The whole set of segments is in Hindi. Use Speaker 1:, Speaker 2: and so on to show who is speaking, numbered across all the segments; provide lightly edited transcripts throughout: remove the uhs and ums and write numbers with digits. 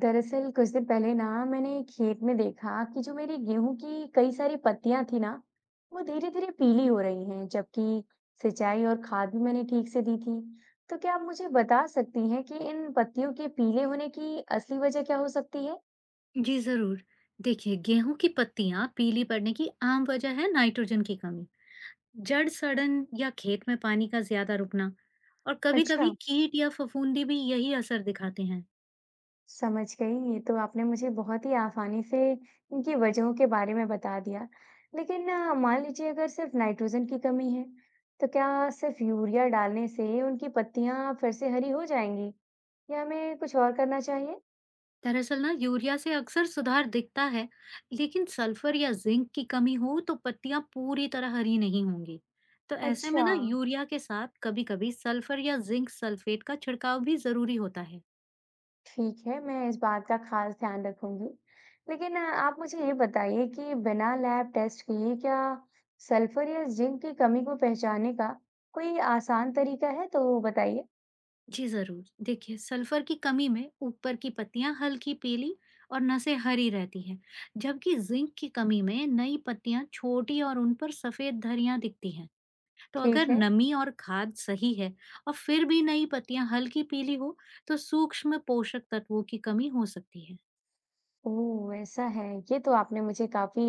Speaker 1: दरअसल कुछ दिन पहले ना मैंने खेत में देखा कि जो मेरी गेहूं की कई सारी पत्तियां थी ना वो धीरे धीरे पीली हो रही हैं जबकि सिंचाई और खाद भी मैंने ठीक से दी थी। तो क्या आप मुझे बता सकती हैं कि इन पत्तियों के पीले होने की असली वजह क्या हो सकती है?
Speaker 2: जी जरूर। देखिए गेहूं की पत्तियां पीली पड़ने की आम वजह है नाइट्रोजन की कमी, जड़ सड़न या खेत में पानी का ज्यादा रुकना। और कभी
Speaker 1: अच्छा,
Speaker 2: कभी कीट या फफूंदी भी यही असर दिखाते हैं।
Speaker 1: समझ गई। ये तो आपने मुझे बहुत ही आसानी से इनकी वजहों के बारे में बता दिया। लेकिन मान लीजिए अगर सिर्फ नाइट्रोजन की कमी है, तो क्या सिर्फ यूरिया डालने से उनकी पत्तियां फिर से हरी हो जाएंगी या हमें कुछ और करना चाहिए?
Speaker 2: दरअसल ना यूरिया से अक्सर सुधार दिखता है, लेकिन सल्फर या जिंक की कमी हो तो पत्तियां पूरी तरह हरी नहीं होंगी। तो ऐसे में
Speaker 1: अच्छा,
Speaker 2: ना यूरिया के साथ कभी कभी सल्फर या जिंक सल्फेट का छिड़काव भी जरूरी होता है।
Speaker 1: ठीक है, मैं इस बात का खास ध्यान रखूंगी। लेकिन आप मुझे ये बताइए कि बिना लैब टेस्ट किए क्या सल्फर या जिंक की कमी को पहचानने का कोई आसान तरीका है? तो बताइए।
Speaker 2: जी जरूर। देखिए सल्फर की कमी में ऊपर की पत्तियां हल्की पीली और नसें हरी रहती हैं, जबकि जिंक की कमी में नई पत्तियां छोटी और उन पर सफेद धरियां दिखती हैं। तो अगर
Speaker 1: ठीक है।
Speaker 2: नमी और खाद सही है और फिर भी नई पत्तियां हल्की पीली हो, तो सूक्ष्म पोषक तत्वों की कमी हो सकती है।
Speaker 1: ओह! ऐसा है। ये तो आपने मुझे काफ़ी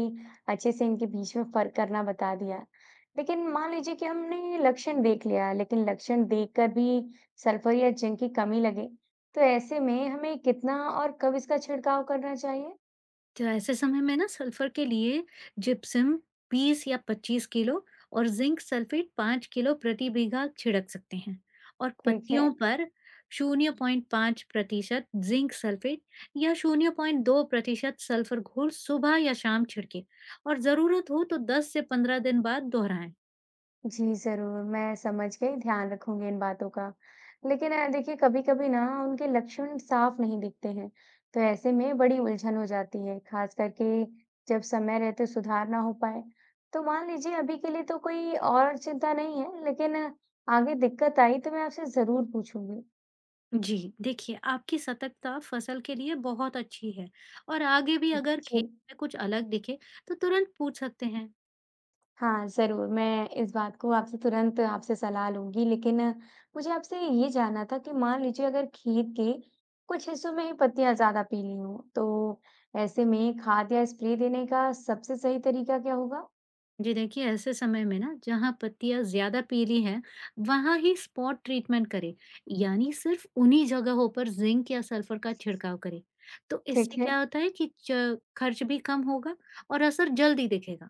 Speaker 1: अच्छे से इनके बीच में फ़र्क करना बता दिया। लेकिन मान लीजिए कि हमने लक्षण देख लिया, लेकिन लक्षण देखकर भी सल्फर या जिंक की कमी लगे, तो ऐसे में हमें कितना और कब इसका छिड़काव करना चाहिए?
Speaker 2: तो ऐसे समय में ना सल्फर के लिए जिप्सम 20 या 25 किलो और जिंक सल्फेट 5 किलो प्रति बीघा छिड़क सकते हैं। और
Speaker 1: ठीक है।
Speaker 2: पत्तियों पर 0.5% जिंक सल्फेट या 0.2% सल्फर घोल सुबह या शाम छिड़के, और जरूरत हो तो 10 से 15 दिन बाद दोहराएं।
Speaker 1: जी, ज़रूर, मैं समझ गई, ध्यान रखूँगी इन बातों का। लेकिन देखिए कभी-कभी ना उनके लक्षण साफ नहीं दिखते हैं, तो ऐसे में बड़ी उलझन हो जाती है, खास करके जब समय रहते सुधार ना हो पाए। तो मान लीजिए अभी के लिए तो कोई और चिंता नहीं है, लेकिन आगे दिक्कत आई तो मैं आपसे ज़रूर पूछूँगी।
Speaker 2: जी देखिए आपकी सतर्कता फसल के लिए बहुत अच्छी है। और आगे भी अगर
Speaker 1: जी।
Speaker 2: खेत में कुछ अलग दिखे तो तुरंत पूछ सकते हैं।
Speaker 1: हाँ, ज़रूर, मैं इस बात को आपसे तुरंत आपसे सलाह लूँगी, लेकिन मुझे आपसे ये जानना था कि मान लीजिए अगर खेत के कुछ हिस्सों में ही पत्तियाँ ज़्यादा पीली हों, तो ऐसे में खाद या स्प्रे देने का सबसे सही तरीका क्या होगा?
Speaker 2: जी देखिए ऐसे समय में ना जहाँ पत्तियां ज्यादा पीली हैं वहां ही स्पॉट ट्रीटमेंट करें, यानी सिर्फ उन्हीं जगहों पर जिंक या सल्फर का छिड़काव करें। तो
Speaker 1: ठीक
Speaker 2: इससे
Speaker 1: है।
Speaker 2: क्या होता है कि खर्च भी कम होगा और असर जल्दी दिखेगा।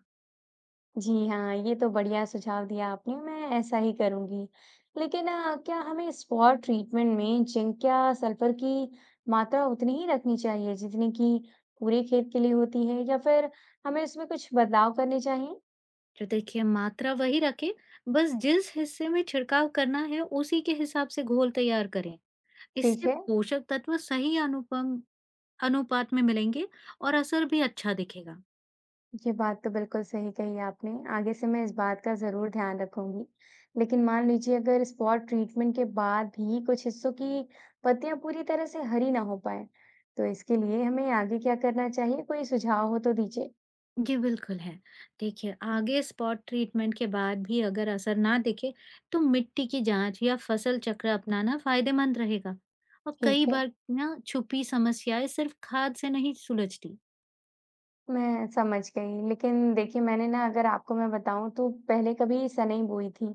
Speaker 1: जी हाँ, ये तो बढ़िया सुझाव दिया आपने, मैं ऐसा ही करूँगी। लेकिन क्या हमें स्पॉट ट्रीटमेंट में जिंक या सल्फर की मात्रा उतनी ही रखनी चाहिए, जितनी कि पूरे खेत के लिए होती है या फिर हमें इसमें कुछ बदलाव करने चाहिए?
Speaker 2: तो देखिए मात्रा वही रखें, बस जिस हिस्से में छिड़काव करना है उसी के हिसाब से घोल तैयार करें।
Speaker 1: ठीक
Speaker 2: इससे
Speaker 1: है,
Speaker 2: पोषक तत्व सही अनुपम अनुपात में मिलेंगे और असर भी अच्छा दिखेगा।
Speaker 1: ये बात तो बिल्कुल सही कही आपने। आगे से मैं इस बात का ज़रूर ध्यान रखूँगी। लेकिन मान लीजिए अगर स्पॉट ट्रीटमेंट के बाद भी कुछ हिस्सों की पत्तियाँ पूरी तरह से हरी ना हो पाएँ, तो इसके लिए हमें आगे क्या करना चाहिए? कोई सुझाव हो तो दीजिए।
Speaker 2: जी, बिल्कुल है। देखिए, आगे स्पॉट ट्रीटमेंट के बाद भी अगर असर ना दिखे, तो मिट्टी की जांच या फसल चक्र अपनाना फायदेमंद रहेगा। और
Speaker 1: ठीक
Speaker 2: कई
Speaker 1: है,
Speaker 2: बार ना छुपी समस्याएं सिर्फ खाद से नहीं सुलझती।
Speaker 1: मैं समझ गई। लेकिन देखिए मैंने ना अगर आपको मैं बताऊँ तो पहले कभी सनई बोई थी,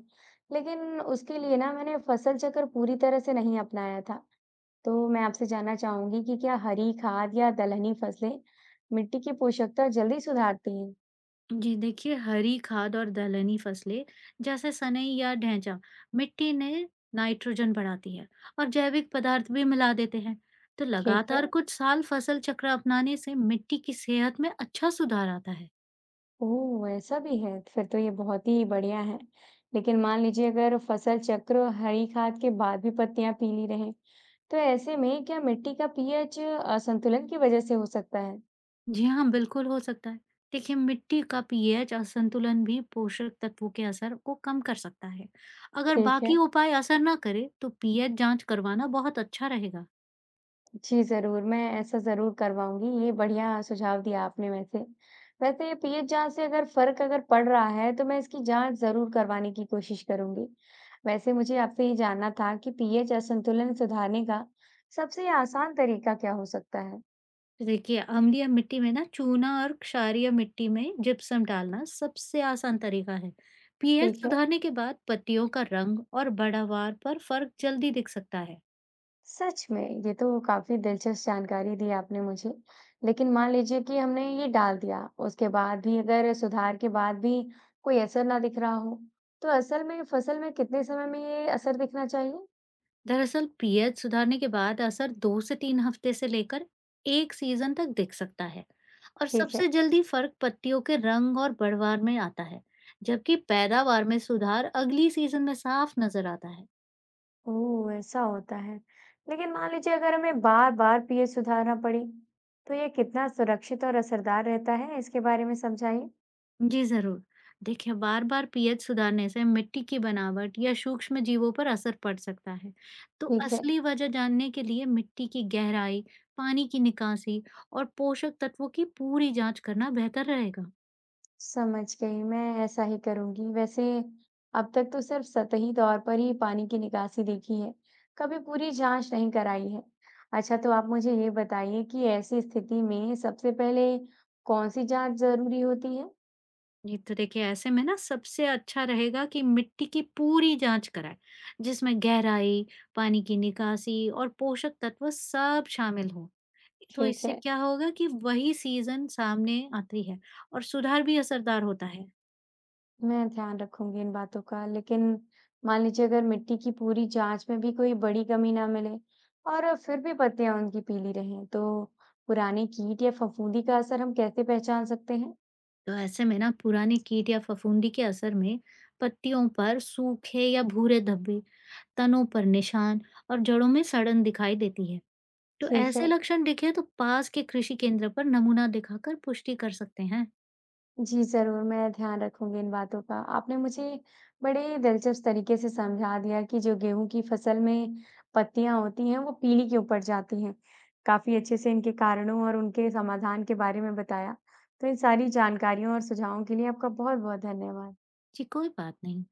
Speaker 1: लेकिन उसके लिए ना मैंने फसल चक्र पूरी तरह से नहीं अपनाया था। तो मैं आपसे जानना चाहूंगी कि क्या हरी खाद या दलहनी फसलें मिट्टी की पोषकता जल्दी सुधारती हैं?
Speaker 2: जी देखिए, हरी खाद और दलहनी फसलें जैसे सनई या ढैंचा मिट्टी में नाइट्रोजन बढ़ाती है और जैविक पदार्थ भी मिला देते हैं। तो
Speaker 1: ठीक है।
Speaker 2: लगातार कुछ साल फसल चक्र अपनाने से मिट्टी की सेहत में अच्छा सुधार आता है।
Speaker 1: ओह, ऐसा भी है। फिर तो ये बहुत ही बढ़िया है। लेकिन मान लीजिए अगर फसल चक्र हरी खाद के बाद भी पत्तियां पीली रहें, तो ऐसे में क्या मिट्टी का पीएच असंतुलन की वजह से हो सकता है?
Speaker 2: जी हाँ, बिल्कुल हो सकता है। देखिए, मिट्टी का पीएच असंतुलन भी पोषक तत्वों के असर को कम कर सकता है। अगर
Speaker 1: ठीक है।
Speaker 2: बाकी उपाय असर ना करे, तो पीएच जांच करवाना बहुत अच्छा रहेगा।
Speaker 1: जी, ज़रूर, मैं ऐसा ज़रूर करवाऊँगी, ये बढ़िया सुझाव दिया आपने वैसे। वैसे पीएच जाँच से अगर फ़र्क अगर पड़ रहा है, तो मैं इसकी जाँच ज़रूर करवाने की कोशिश करूँगी। वैसे मुझे आपसे ये जानना था कि पीएच असंतुलन सुधारने का सबसे आसान तरीका क्या हो सकता है?
Speaker 2: देखिए, अम्लीय मिट्टी में ना चूना और क्षारीय मिट्टी में जिप्सम डालना सबसे आसान तरीका है। पीएच
Speaker 1: ठीक है।
Speaker 2: सुधारने के बाद पत्तियों का रंग और पैदावार पर फर्क जल्दी दिख सकता है।
Speaker 1: सच में ये तो काफी दिलचस्प जानकारी दी आपने मुझे। लेकिन मान लीजिए कि हमने ये डाल दिया, उसके बाद भी अगर सुधार के बाद भी कोई असर ना दिख रहा हो, तो असल में फसल में कितने समय में ये असर दिखना चाहिए?
Speaker 2: दरअसल पीएच सुधारने के बाद असर दो से तीन हफ्ते से लेकर एक सीजन तक दिख सकता है, और
Speaker 1: ठीक है।
Speaker 2: सबसे जल्दी फर्क पत्तियों के रंग और बढ़वार में आता है। जबकि पैदावार में सुधार अगली सीजन में साफ नजर आता है।
Speaker 1: ओह ऐसा होता है। लेकिन मान लीजिए अगर हमें बार बार पीएच सुधारना पड़ी, तो ये कितना सुरक्षित और असरदार रहता है इसके बारे में समझाइए।
Speaker 2: जी जरूर। देखिए बार बार पीएच सुधारने से मिट्टी की बनावट या सूक्ष्म जीवों पर असर पड़ सकता है। तो
Speaker 1: ठीक है।
Speaker 2: असली वजह जानने के लिए मिट्टी की गहराई, पानी की निकासी और पोषक तत्वों की पूरी जांच करना बेहतर रहेगा।
Speaker 1: समझ गई, मैं ऐसा ही करूँगी। वैसे अब तक तो सिर्फ सतही तौर पर ही पानी की निकासी देखी है, कभी पूरी जाँच नहीं कराई है। अच्छा, तो आप मुझे ये बताइए कि ऐसी स्थिति में सबसे पहले कौन सी जाँच ज़रूरी होती है?
Speaker 2: जी, तो देखिए ऐसे में ना सबसे अच्छा रहेगा कि मिट्टी की पूरी जांच कराएं, जिसमें गहराई, पानी की निकासी और पोषक तत्व सब शामिल हो। तो
Speaker 1: ठीक
Speaker 2: इससे
Speaker 1: है,
Speaker 2: क्या होगा कि वही सीजन सामने आती है और सुधार भी असरदार होता है।
Speaker 1: मैं ध्यान रखूँगी इन बातों का, लेकिन मान लीजिए अगर मिट्टी की पूरी जाँच में भी कोई बड़ी कमी ना मिले और फिर भी पत्तियाँ उनकी पीली रहें, तो पुराने कीट या फफूंदी का असर हम कैसे पहचान सकते हैं?
Speaker 2: तो ऐसे में ना पुराने कीट या फफूंदी के असर में पत्तियों पर सूखे या भूरे धब्बे, तनों पर निशान और जड़ों में सड़न दिखाई देती है। तो
Speaker 1: ठीक है।
Speaker 2: ऐसे लक्षण दिखे तो पास के कृषि केंद्र पर नमूना दिखाकर पुष्टि कर सकते हैं।
Speaker 1: जी, ज़रूर, मैं ध्यान रखूँगी इन बातों का। आपने मुझे बड़े दिलचस्प तरीके से समझा दिया कि जो गेहूँ की फसल में पत्तियाँ होती हैं, वो पीली क्यों पड़ जाती हैं। काफ़ी अच्छे से इनके कारणों और उनके समाधान के बारे में बताया। तो इन सारी जानकारियों और सुझावों के लिए आपका बहुत-बहुत धन्यवाद।
Speaker 2: जी, कोई बात नहीं।